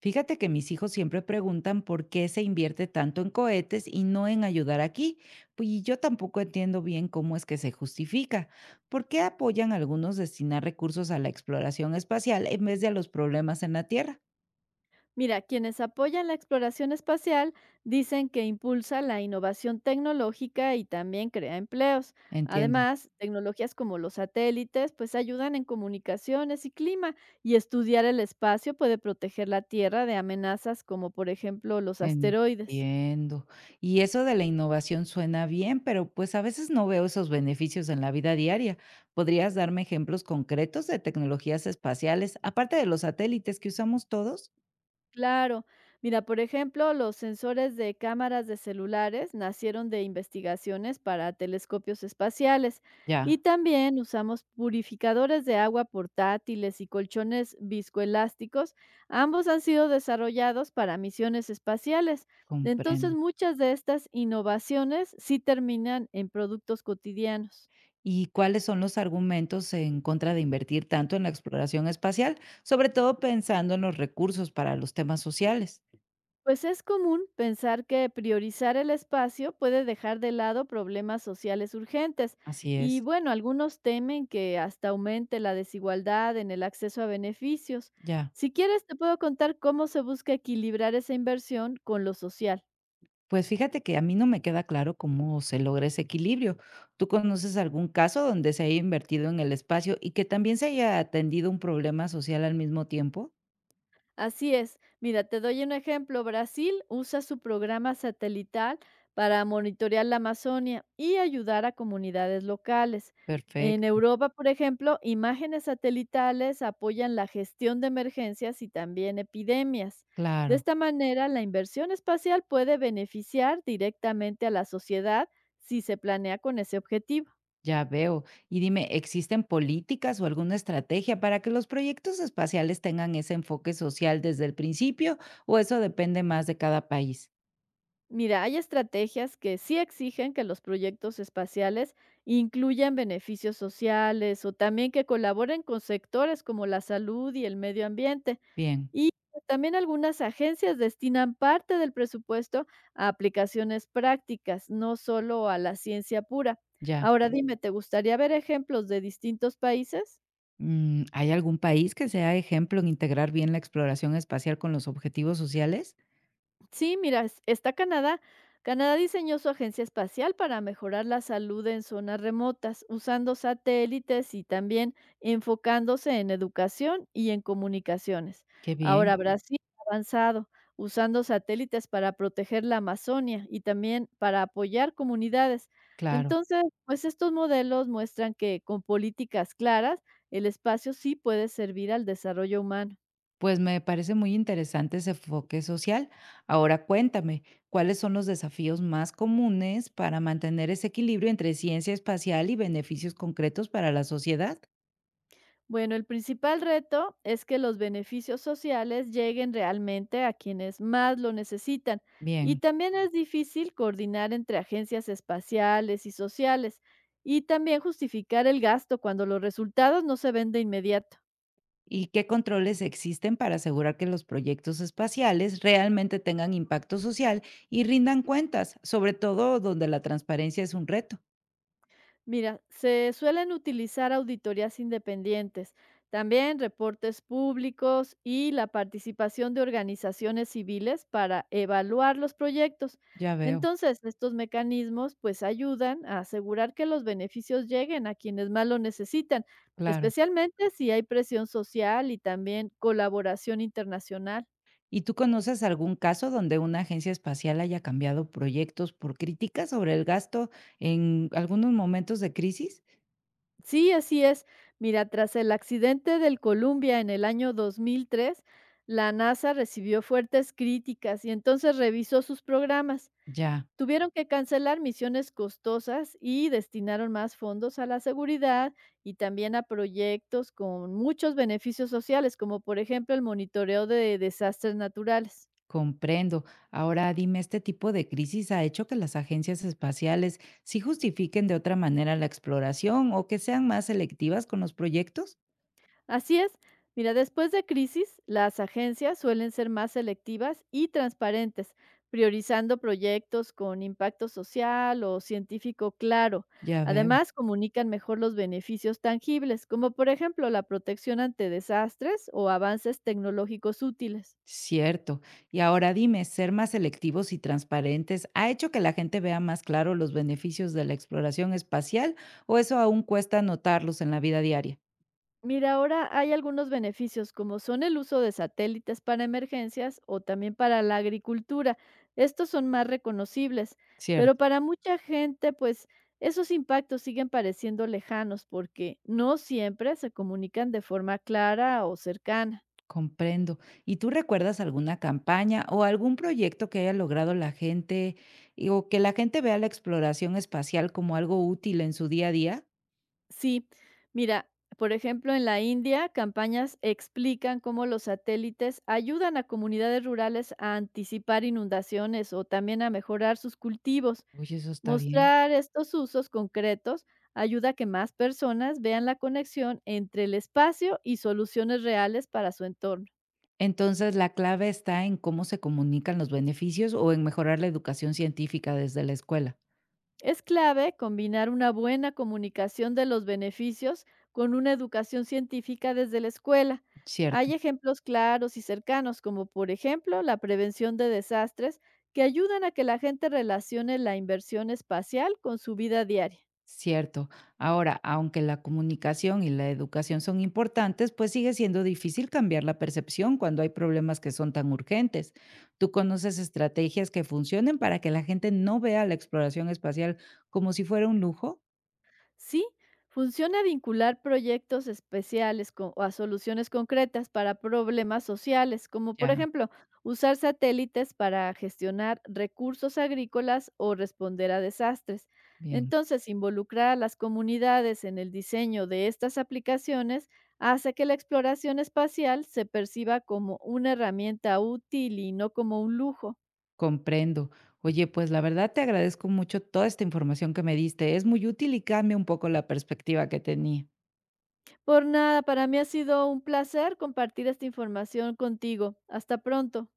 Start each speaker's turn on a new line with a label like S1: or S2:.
S1: Fíjate que mis hijos siempre preguntan por qué se invierte tanto en cohetes y no en ayudar aquí. Pues y yo tampoco entiendo bien cómo es que se justifica. ¿Por qué apoyan algunos destinar recursos a la exploración espacial en vez de a los problemas en la Tierra?
S2: Mira, quienes apoyan la exploración espacial dicen que impulsa la innovación tecnológica y también crea empleos.
S1: Entiendo,
S2: Además, tecnologías como los satélites pues ayudan en comunicaciones y clima y estudiar el espacio puede proteger la Tierra de amenazas como por ejemplo los asteroides.
S1: entiendo. Y eso de la innovación suena bien, pero pues a veces no veo esos beneficios en la vida diaria. ¿Podrías darme ejemplos concretos de tecnologías espaciales, aparte de los satélites que usamos todos?
S2: Claro. Mira, por ejemplo, los sensores de cámaras de celulares nacieron de investigaciones para telescopios espaciales y
S1: Ya,
S2: también usamos purificadores de agua portátiles y colchones viscoelásticos. Ambos han sido desarrollados para misiones espaciales.
S1: comprendo.
S2: Entonces, muchas de estas innovaciones sí terminan en productos cotidianos.
S1: ¿Y cuáles son los argumentos en contra de invertir tanto en la exploración espacial? Sobre todo pensando en los recursos para los temas sociales.
S2: Pues es común pensar que priorizar el espacio puede dejar de lado problemas sociales urgentes
S1: Así
S2: y
S1: es,
S2: bueno, algunos temen que hasta aumente la desigualdad en el acceso a beneficios.
S1: ya.
S2: Si quieres, te puedo contar cómo se busca equilibrar esa inversión con lo social.
S1: Pues fíjate que a mí no me queda claro cómo se logra ese equilibrio. ¿Tú conoces algún caso donde se haya invertido en el espacio y que también se haya atendido un problema social al mismo tiempo?
S2: Así es. Mira, te doy un ejemplo. Brasil usa su programa satelital para monitorear la Amazonia y ayudar a comunidades locales. En
S1: Perfecto,
S2: Europa, por ejemplo, imágenes satelitales apoyan la gestión de emergencias y también epidemias. De
S1: claro.
S2: esta manera, la inversión espacial puede beneficiar directamente a la sociedad si se planea con ese objetivo.
S1: Ya veo. Y dime, ¿existen políticas o alguna estrategia para que los proyectos espaciales tengan ese enfoque social desde el principio o eso depende más de cada país?
S2: Mira, hay estrategias que sí exigen que los proyectos espaciales incluyan beneficios sociales o también que colaboren con sectores como la salud y el medio ambiente.
S1: Bien,
S2: Y también algunas agencias destinan parte del presupuesto a aplicaciones prácticas, no solo a la ciencia pura.
S1: ya.
S2: Ahora dime, ¿te gustaría ver ejemplos de distintos países?
S1: Mm, ¿hay algún país que sea ejemplo en integrar bien la exploración espacial con los objetivos sociales?
S2: Sí, mira, está Canadá. Canadá diseñó su agencia espacial para mejorar la salud en zonas remotas, usando satélites y también enfocándose en educación y en comunicaciones.
S1: Qué bien,
S2: Ahora Ujú. Brasil ha avanzado, usando satélites para proteger la Amazonia y también para apoyar comunidades.
S1: claro.
S2: Entonces, pues estos modelos muestran que con políticas claras, el espacio sí puede servir al desarrollo humano.
S1: Pues me parece muy interesante ese enfoque social. Ahora cuéntame, ¿cuáles son los desafíos más comunes para mantener ese equilibrio entre ciencia espacial y beneficios concretos para la sociedad?
S2: Bueno, el principal reto es que los beneficios sociales lleguen realmente a quienes más lo necesitan y
S1: Bien.
S2: también es difícil coordinar entre agencias espaciales y sociales y también justificar el gasto cuando los resultados no se ven de inmediato.
S1: ¿Y qué controles existen para asegurar que los proyectos espaciales realmente tengan impacto social y rindan cuentas, sobre todo donde la transparencia es un reto?
S2: Mira, se suelen utilizar auditorías independientes, también reportes públicos y la participación de organizaciones civiles para evaluar los proyectos.
S1: Ya veo,
S2: Entonces, estos mecanismos pues ayudan a asegurar que los beneficios lleguen a quienes más lo necesitan,
S1: claro.
S2: especialmente si hay presión social y también colaboración internacional.
S1: ¿Y tú conoces algún caso donde una agencia espacial haya cambiado proyectos por críticas sobre el gasto en algunos momentos de crisis?
S2: Sí, así es. Mira, tras el accidente del Columbia en el año 2003, la NASA recibió fuertes críticas y entonces revisó sus programas.
S1: Ya.
S2: Tuvieron que cancelar misiones costosas y destinaron más fondos a la seguridad y también a proyectos con muchos beneficios sociales, como por ejemplo el monitoreo de desastres naturales.
S1: Comprendo. Ahora dime, ¿este tipo de crisis ha hecho que las agencias espaciales sí justifiquen de otra manera la exploración o que sean más selectivas con los proyectos?
S2: Así es. Mira, después de crisis, las agencias suelen ser más selectivas y transparentes, priorizando proyectos con impacto social o científico claro.
S1: Ya veo.
S2: Además, comunican mejor los beneficios tangibles, como por ejemplo la protección ante desastres o avances tecnológicos útiles.
S1: Cierto. Y ahora dime, ¿ser más selectivos y transparentes ha hecho que la gente vea más claro los beneficios de la exploración espacial o eso aún cuesta notarlos en la vida diaria?
S2: Mira, ahora hay algunos beneficios, como son el uso de satélites para emergencias o también para la agricultura. Estos son más reconocibles, pero
S1: Cierto.
S2: para mucha gente, pues esos impactos siguen pareciendo lejanos porque no siempre se comunican de forma clara o cercana.
S1: Comprendo. ¿Y tú recuerdas alguna campaña o algún proyecto que haya logrado la gente o que la gente vea la exploración espacial como algo útil en su día a día?
S2: Sí, mira, por ejemplo, en la India, campañas explican cómo los satélites ayudan a comunidades rurales a anticipar inundaciones o también a mejorar sus cultivos.
S1: Oye, eso está bien.
S2: Mostrar estos usos concretos ayuda a que más personas vean la conexión entre el espacio y soluciones reales para su entorno.
S1: Entonces, la clave está en cómo se comunican los beneficios o en mejorar la educación científica desde la escuela.
S2: Es clave combinar una buena comunicación de los beneficios con una educación científica desde la escuela.
S1: Cierto.
S2: Hay ejemplos claros y cercanos, como por ejemplo la prevención de desastres, que ayudan a que la gente relacione la inversión espacial con su vida diaria.
S1: Cierto. Ahora, aunque la comunicación y la educación son importantes, pues sigue siendo difícil cambiar la percepción cuando hay problemas que son tan urgentes. ¿Tú conoces estrategias que funcionen para que la gente no vea la exploración espacial como si fuera un lujo?
S2: Sí, funciona vincular proyectos especiales a soluciones concretas para problemas sociales, como por
S1: Ya,
S2: ejemplo usar satélites para gestionar recursos agrícolas o responder a desastres.
S1: bien,
S2: Entonces, involucrar a las comunidades en el diseño de estas aplicaciones hace que la exploración espacial se perciba como una herramienta útil y no como un lujo.
S1: comprendo. Oye, pues la verdad te agradezco mucho toda esta información que me diste. Es muy útil y cambia un poco la perspectiva que tenía.
S2: Por nada, para mí ha sido un placer compartir esta información contigo. Hasta pronto.